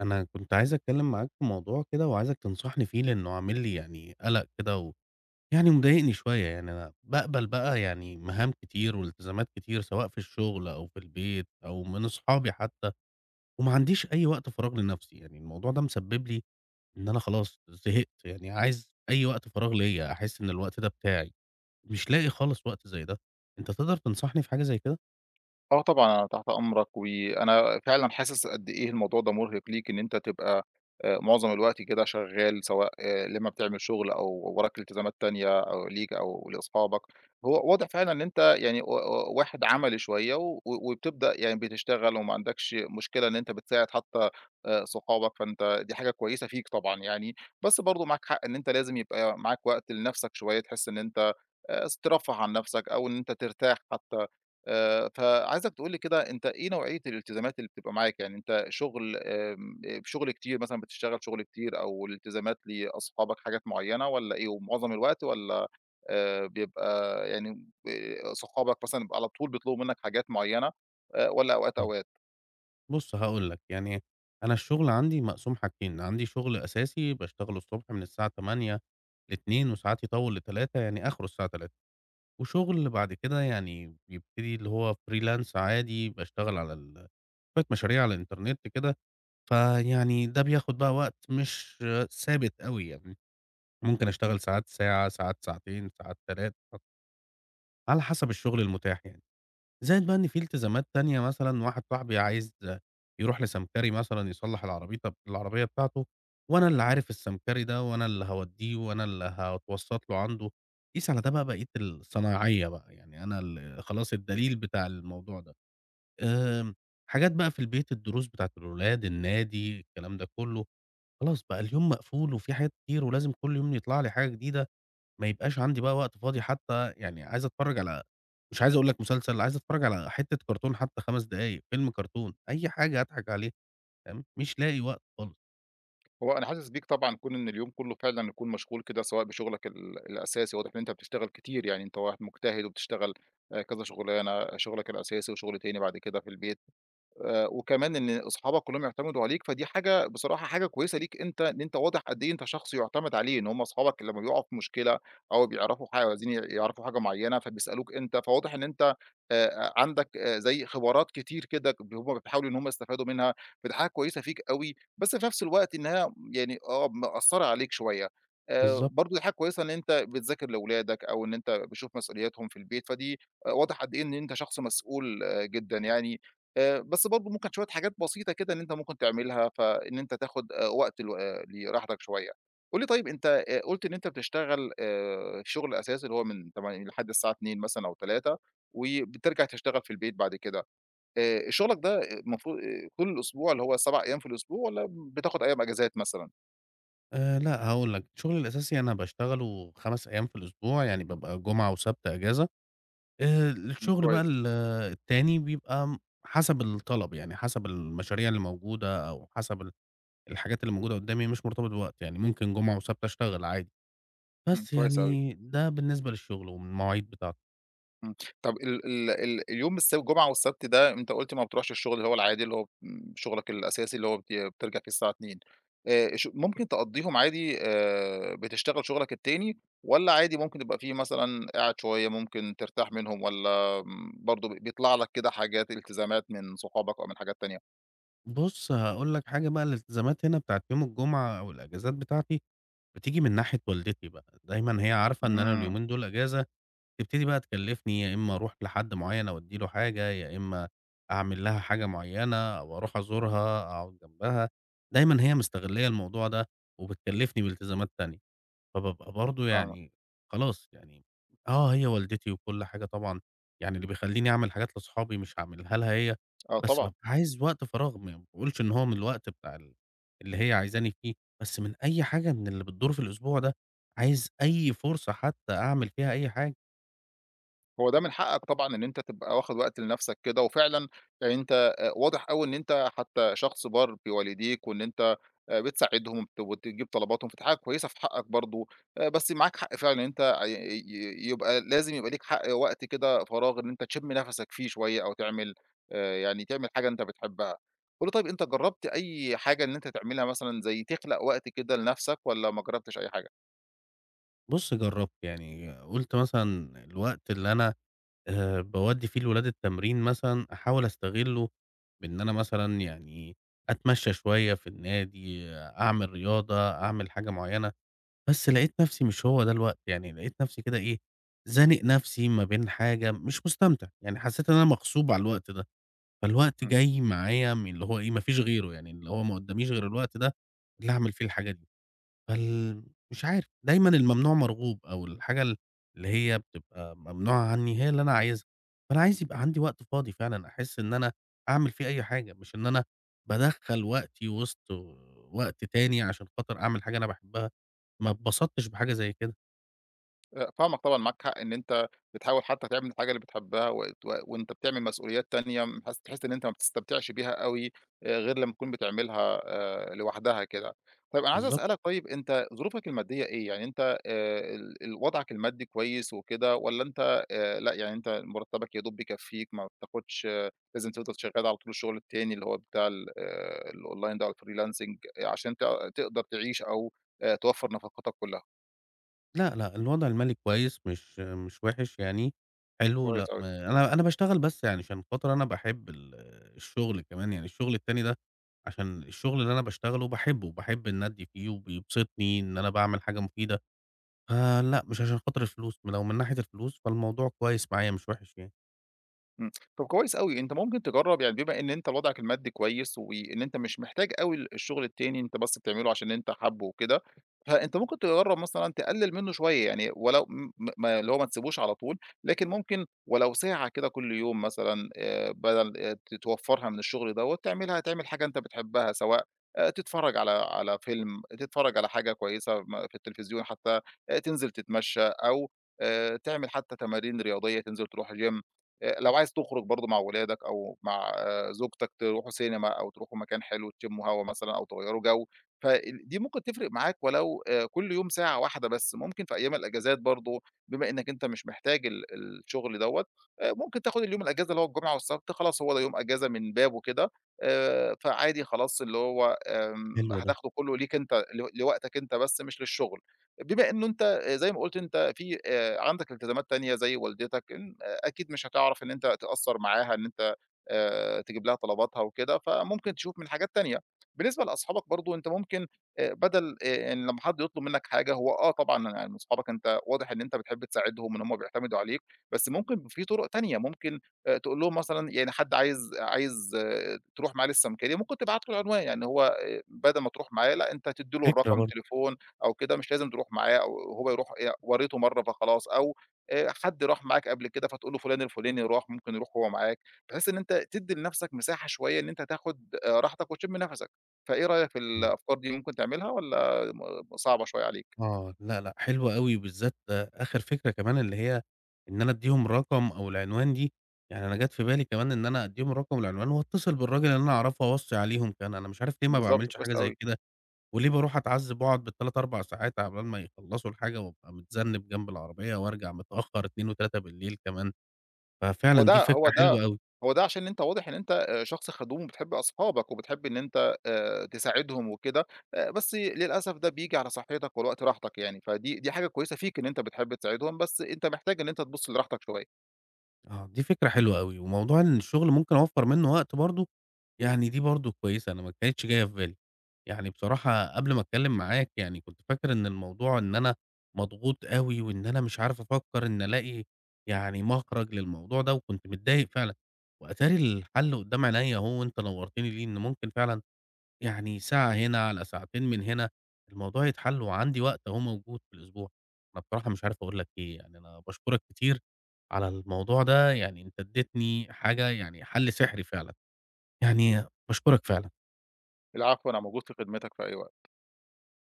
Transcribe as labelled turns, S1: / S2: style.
S1: أنا كنت عايز أتكلم معاك في موضوع كده وعايزك تنصحني فيه، لأنه عامل لي يعني قلق كده يعني مضايقني شوية. يعني أنا بقبل بقى يعني مهام كتير والتزامات كتير، سواء في الشغل أو في البيت أو من أصحابي حتى، وما عنديش أي وقت فراغ لنفسي. يعني الموضوع ده مسبب لي إن أنا خلاص زهقت. يعني عايز أي وقت فراغ ليا، أحس إن الوقت ده بتاعي، مش لاقي خالص وقت زي ده. أنت تقدر تنصحني في حاجة زي كده؟
S2: آه طبعًا، أنا تحت أمرك، وأنا فعلًا حاسس قد إيه الموضوع ده مرهق ليك، إن أنت تبقى معظم الوقت كده شغال، سواء لمّا بتعمل شغل أو وراك التزامات تانية أو ليك أو لأصحابك. هو واضح فعلًا إن أنت يعني و واحد عملي شوية، وبتبدأ يعني بتشتغل وما عندكش مشكلة إن أنت بتساعد حتى صحابك، فأنت دي حاجة كويسة فيك طبعًا يعني. بس برضه معاك حق إن أنت لازم يبقى معاك وقت لنفسك شوية، تحس إن أنت س ترفّه عن نفسك أو إن أنت ترتاح حتى. فعايزك تقول لي كده أنت إيه نوعية الالتزامات اللي بتبقى معاك؟ يعني أنت شغل كتير مثلًا بتشتغل شغل كتير أو الالتزامات لأصحابك حاجات معيّنة والّا إيه ومعظم الوقت والّا بيبقى يعني صحابك مثلًا على طول بيطلبوا منّك حاجات معيّنة والّا أوقات، أوقات؟
S1: بُص هاقول لك، يعني أنا الشغل عندي مقسوم حاجتين، عندي شغل أساسي باشتغله الصبح من الساعة 8:00 ل14:00، وساعات يطوّل ل15:00، يعني آخره الساعة 15:00. وشغل بعد كده يعني بيبتدي، اللي هو freelance، عادي باشتغل على ال شوية مشاريع على الإنترنت كده. فيعني ده بياخد بقى وقت مش ثابت أوي يعني، ممكن أشتغل ساعات ساعة، ساعات ساعتين، ساعات 3، على حسب الشغل المتاح يعني. زائد بقى إن في التزامات تانية، مثلًا واحد صاحبي عايز يروح لسمكري مثلًا يصلّح العربيطة العربية بتاعته، وأنا اللي عارف السمكري ده، وأنا اللي هاودّيه، وأنا اللي هاتوسّط له عنده. قيس على ده بقى بقية الصنايعية بقى، يعني أنا ال خلاص الدليل بتاع الموضوع ده. آمم، حاجات بقى في البيت، الدروس بتاعة الولاد، النادي، الكلام ده كُلّه. خلاص بقى اليوم مقفول، وفي حاجات كتير، ولازم كل يوم يطلع لي حاجة جديدة. ما يبقاش عندي بقى وقت فاضي حتى. يعني عايز أتفرّج على، مش عايز أقول لك مسلسل، عايز أتفرّج على حتّة كرتون، حتى 5 دقايق، فيلم كرتون، أي حاجة أضحك عليها. فاهم، مش لاقي وقت خالص.
S2: هو أنا حاسس بيك طبعًا كون إن اليوم كلّه فعلًا يكون مشغول كده سواء بشغلك الأساسي واضح إن أنت بتشتغل كتير يعني أنت واحد مجتهد وبتشتغل كذا شغلانة، شغلك الأساسي وشغل تاني بعد كده في البيت. وكمان إن أصحابك كلّهم يعتمدوا عليك، فدي حاجة بصراحة حاجة كويسة ليك أنت، إن أنت واضح قد إيه أنت شخص يُعتمد عليه، إن هم أصحابك لمّا بيقعوا في مشكلة أو بيعرفوا عايزين يعرفوا حاجة معيّنة فبيسألوك أنت، فواضح إن أنت عندك زي خبرات كتير كده هم بيحاولوا إن هم يستفادوا منها، فدي حاجة كويسة فيك أوي، بس في نفس الوقت إنها يعني مأثّرة عليك شوية.
S1: بالضبط.
S2: برضه دي حاجة كويسة إن أنت بتذاكر لأولادك أو إن أنت بتشوف مسؤولياتهم في البيت، فدي آه، واضح قد إيه إن أنت شخص مسؤول جدًا يعني. بس برضه ممكن شوية حاجات بسيطة كده إن أنت ممكن تعملها، فإن أنت تاخد وقت ل آه، لراحتك شوية. قُل لي طيب أنت قُلت إن أنت بتشتغل شغل أساسي اللي هو من 08:00 لحد الساعة 14:00 مثلًا أو 15:00 وبترجع تشتغل في البيت بعد كده. شغلك ده المفروض طول الأسبوع اللي هو 7 أيام في الأسبوع والّا بتاخد أيام إجازات مثلًا؟
S1: لأ، هاقول لك، شغلي الأساسي أنا باشتغله 5 أيام في الأسبوع، يعني بابقى جمعة وسبت إجازة.
S2: إمم،
S1: الشغل بقى
S2: كويس.
S1: ال التاني بيبقى م حسب الطلب، يعني حسب المشاريع اللي موجودة أو حسب ال الحاجات اللي موجودة قدّامي، مش مرتبط بوقت، يعني ممكن جمعة وسبت أشتغل عادي.
S2: إمم،
S1: بس
S2: كويس أوي.
S1: يعني ده بالنسبة للشغل والمواعيد بتاعته.
S2: إمم. طب ال ال ال اليوم الجمعة والسبت ده أنت قُلت ما بتروحش الشغل اللي هو العادي اللي هو شغلك الأساسي اللي هو بترجع فيه الساعة 14:00، ش ممكن تقضّيهم عادي بتشتغل شغلك التاني والّا عادي ممكن يبقى في مثلًا قاعد شوية ممكن ترتاح منهم والّا برضه بيطلع لك كده حاجات التزامات من صحابك أو من حاجات تانية؟
S1: بُص، هاقول لك حاجة بقى، الالتزامات هنا بتاعة يوم الجمعة أو الأجازات بتاعتي بتيجي من ناحية والدتي بقى. دايمًا هي عارفة إن أنا
S2: إمم،
S1: اليومين دول أجازة، تبتدي بقى تكلّفني يا إما أروح لحد معيّن أودّي له حاجة، يا إما أعمل لها حاجة معيّنة، أو أروح أزورها أقعد جنبها. دايمًا هي مستغلّية الموضوع ده وبتكلّفني بالتزامات تانية. فبابقى برضه
S2: فاهمك،
S1: يعني خلاص يعني، آه، هي والدتي وكل حاجة طبعًا، يعني اللي بيخلّيني أعمل حاجات لأصحابي مش هاعملها لها هي.
S2: آه
S1: بس
S2: طبعًا.
S1: بابقى عايز وقت فراغ، ما باقولش إن هو من الوقت بتاع ال اللي هي عايزاني فيه، بس من أي حاجة من اللي بتدور في الأسبوع ده، عايز أي فرصة حتى أعمل فيها أي حاجة.
S2: هو ده من حقك طبعًا إن أنت تبقى واخد وقت لنفسك كده، وفعلًا يعني أنت واضح أوي إن أنت حتى شخص بار بوالديك، وإن أنت بتساعدهم وتجيب طلباتهم، فدي حاجة كويسة في حقك برضه. بس معاك حق فعلًا إن أنت ي ي يبقى لازم يبقى ليك حق وقت كده فراغ إن أنت تشم نفسك فيه شوية، أو تعمل يعني تعمل حاجة أنت بتحبها. قُل لي طيب أنت جرّبت أي حاجة إن أنت تعملها مثلًا زي تخلق وقت كده لنفسك، والّا ما جرّبتش أي حاجة؟
S1: بُص جرّبت، يعني قُلت مثلًا الوقت اللي أنا باودّي فيه الولاد التمرين مثلًا، أحاول أستغلّه بإن أنا مثلًا يعني أتمشّى شوية في النادي، أعمل رياضة، أعمل حاجة معيّنة. بس لقيت نَفْسي مش هو ده الوقت، يعني لقيت نَفْسي كده إيه، زانق نَفْسي ما بين حاجة مش مستمتع، يعني حسّيت إن أنا مغصوب على الوقت ده. فالوقت جاي معايا من اللي هو إيه، ما فيش غيره، يعني اللي هو ما قُدّاميش غير الوقت ده اللي أعمل فيه الحاجة دي. فال مش عارف، دايمًا الممنوع مرغوب، أو الحاجة ال اللي هي بتبقى ممنوعة عني هي اللي أنا عايزها. فأنا عايز يبقى عندي وقت فاضي فعلًا، أحس إن أنا أعمل فيه أي حاجة، مش إن أنا بادخّل وقتي وسط وقت تاني عشان خاطر أعمل حاجة أنا باحبها، ما اتبسطتش بحاجة زي كده.
S2: فاهمك طبعًا، معاك حق إن أنت بتحاول حتى تعمل الحاجة اللي بتحبها وأنت بتعمل مسؤوليات تانية م حاس تحس إن أنت ما بتستمتعش بيها أوي، غير لمّا تكون بتعملها لوحدها كده. طيب أنا عايز
S1: بالضبط.
S2: أسألك طيب أنت ظروفك المادية إيه؟ يعني أنت ال ال وضعك المادي كويس وكده والّا أنت لأ يعني أنت مرتبك يا دوب بيكفيك ما بتاخدش لازم تفضل شغال على طول الشغل التاني اللي هو بتاع ال الأونلاين ده أو الfreelancing عشان تقدر تعيش أو توفر نفقاتك كلها؟
S1: لأ، لأ، الوضع المالي كويس، مش وِحِش يعني، حلو.
S2: كويس
S1: لأ،
S2: أوي.
S1: ما أنا أنا باشتغل بس يعني عشان خاطر أنا باحب ال الشغل كمان، يعني الشغل التاني ده عشان الشغل اللي أنا باشتغله باحبه، وباحب الندي فيه، وبيبسطني إن أنا باعمل حاجة مفيدة. فلأ، مش عشان خاطر الفلوس، لو من ناحية الفلوس فالموضوع كويس معايا، مش وِحِش يعني.
S2: إمم، طب كويس أوي، أنت ممكن تجرّب يعني بما إن أنت وضعك المادي كويس، وإن أنت مش محتاج أوي الشغل التاني، أنت بس بتعمله عشان أنت حابه وكده، فأنت ممكن تجرّب مثلًا تقلل منه شوية، يعني ولو ما اللي هو ما تسيبوش على طول، لكن ممكن ولو ساعة كده كل يوم مثلًا بدل ت توفّرها من الشغل دوّة، تعملها تعمل حاجة أنت بتحبها، سواء تتفرّج على فيلم، تتفرّج على حاجة كويسة في التلفزيون حتى، تنزل تتمشى أو تعمل حتى تمارين رياضية، تنزل تروح gym لو عايز تخرج برضه مع ولادك أو مع زوجتك تروحوا سينما أو تروحوا مكان حلو تشموا هوا مثلًا أو تغيّروا جو، دي ممكن تفرق معاك ولو كل يوم ساعة واحدة بس، ممكن في أيام الأجازات برضه بما إنك أنت مش محتاج الشغل دوّة. ممكن تاخد اليوم الأجازة اللي هو الجمعة والسبت خلاص هو ده يوم أجازة من بابه كده. فعادي خلاص اللي هو
S1: حلو ده،
S2: هتاخده كله ليك أنت لوقتك أنت بس مش للشغل. بما إنه أنت زي ما قُلت أنت في عندك التزامات تانية زي والدتك إن أكيد مش هتعرف إن أنت تأثّر معاها إن أنت تجيب لها طلباتها وكده، فممكن تشوف من حاجات تانية. بالنسبة لأصحابك برضه أنت ممكن بدل إن لمّا حد يطلب منّك حاجة هو طبعًا يعني من صحابك أنت واضح إن أنت بتحب تساعدهم، إن هم بيعتمدوا عليك، بس ممكن في طُرق تانية، ممكن تقول لهم مثلًا يعني حد عايز تروح معاه للسمكري، ممكن تبعت له العنوان، يعني هو بدل ما تروح معاه لأ، أنت تدّي له
S1: فكرة
S2: الرقم
S1: برضه.
S2: تليفون أو كده، مش لازم تروح معاه أو هو يروح وريته مرّة فخلاص أو حد راح معاك قبل كده فتقول له فلان الفلاني راح، ممكن يروح هو معاك، بحيث إن أنت تدّي لنفسك مساحة شوية إن أنت تاخد راحتك وتشم نفسك. فإيه رأيك في
S1: آه.
S2: الأفكار دي ممكن تعملها والّا صعبة شوية عليك؟
S1: آه، لأ، لأ، حلو أوي، وبالذات آخر فكرة كمان، اللي هي إن أنا أدّيهم رقم أو العنوان دي. يعني أنا جات في بالي كمان إن أنا أدّيهم الرقم والعنوان، وأتصل بالراجل اللي أنا أعرفه أوصّي عليهم كمان. أنا مش عارف ليه ما
S2: بالضبط،
S1: باعملش
S2: كويس
S1: حاجة زي
S2: أوي.
S1: كده، وليه باروح أتعذّب وأقعد بال3، 4 ساعات عقبال ما يخلّصوا الحاجة، وأبقى متذنّب جنب العربية، وارجع متأخّر 2 و3 بالليل كمان.
S2: هو
S1: ففعلًا دي
S2: ده هو
S1: فكرة
S2: ده
S1: حلوة أوي.
S2: هو ده عشان أنت واضح إن أنت شخص خدوم وبتحب أصحابك وبتحب إن أنت تساعدهم وكده. بس للأسف ده بييجي على صحتك والوقت راحتك يعني، دي حاجة كويسة فيك إن أنت بتحب تساعدهم، بس أنت محتاج إن أنت تبُص لراحتك شوية.
S1: آه، دي فكرة حلوة أوي. وموضوع إن الشغل ممكن أوفّر منّه وقت برضه، يعني دي برضه كويسة، أنا ما كانتش جاية في بالي. يعني بصراحة قبل ما أتكلّم معاك يعني كنت فاكر إن الموضوع إن أنا مضغوط أوي، وإن أنا مش عارف أفكّر إن ألاقي يعني مخرج للموضوع ده، وكنت متضايق فعلًا. وأتاري الحل قدّام عينيّا أهو، وأنت نوّرتني ليه، إن ممكن فعلًا يعني ساعة هنا على ساعتين من هنا، الموضوع يتحل، وعندي وقت أهو موجود في الأسبوع. أنا بصراحة مش عارف أقول لك إيه، يعني أنا باشكرك كتير على الموضوع ده، يعني أنت ادّيتني حاجة يعني حَل سحري فعلًا، يعني باشكرك فعلًا.
S2: العفو، أنا موجود في خدمتك في أي وقت.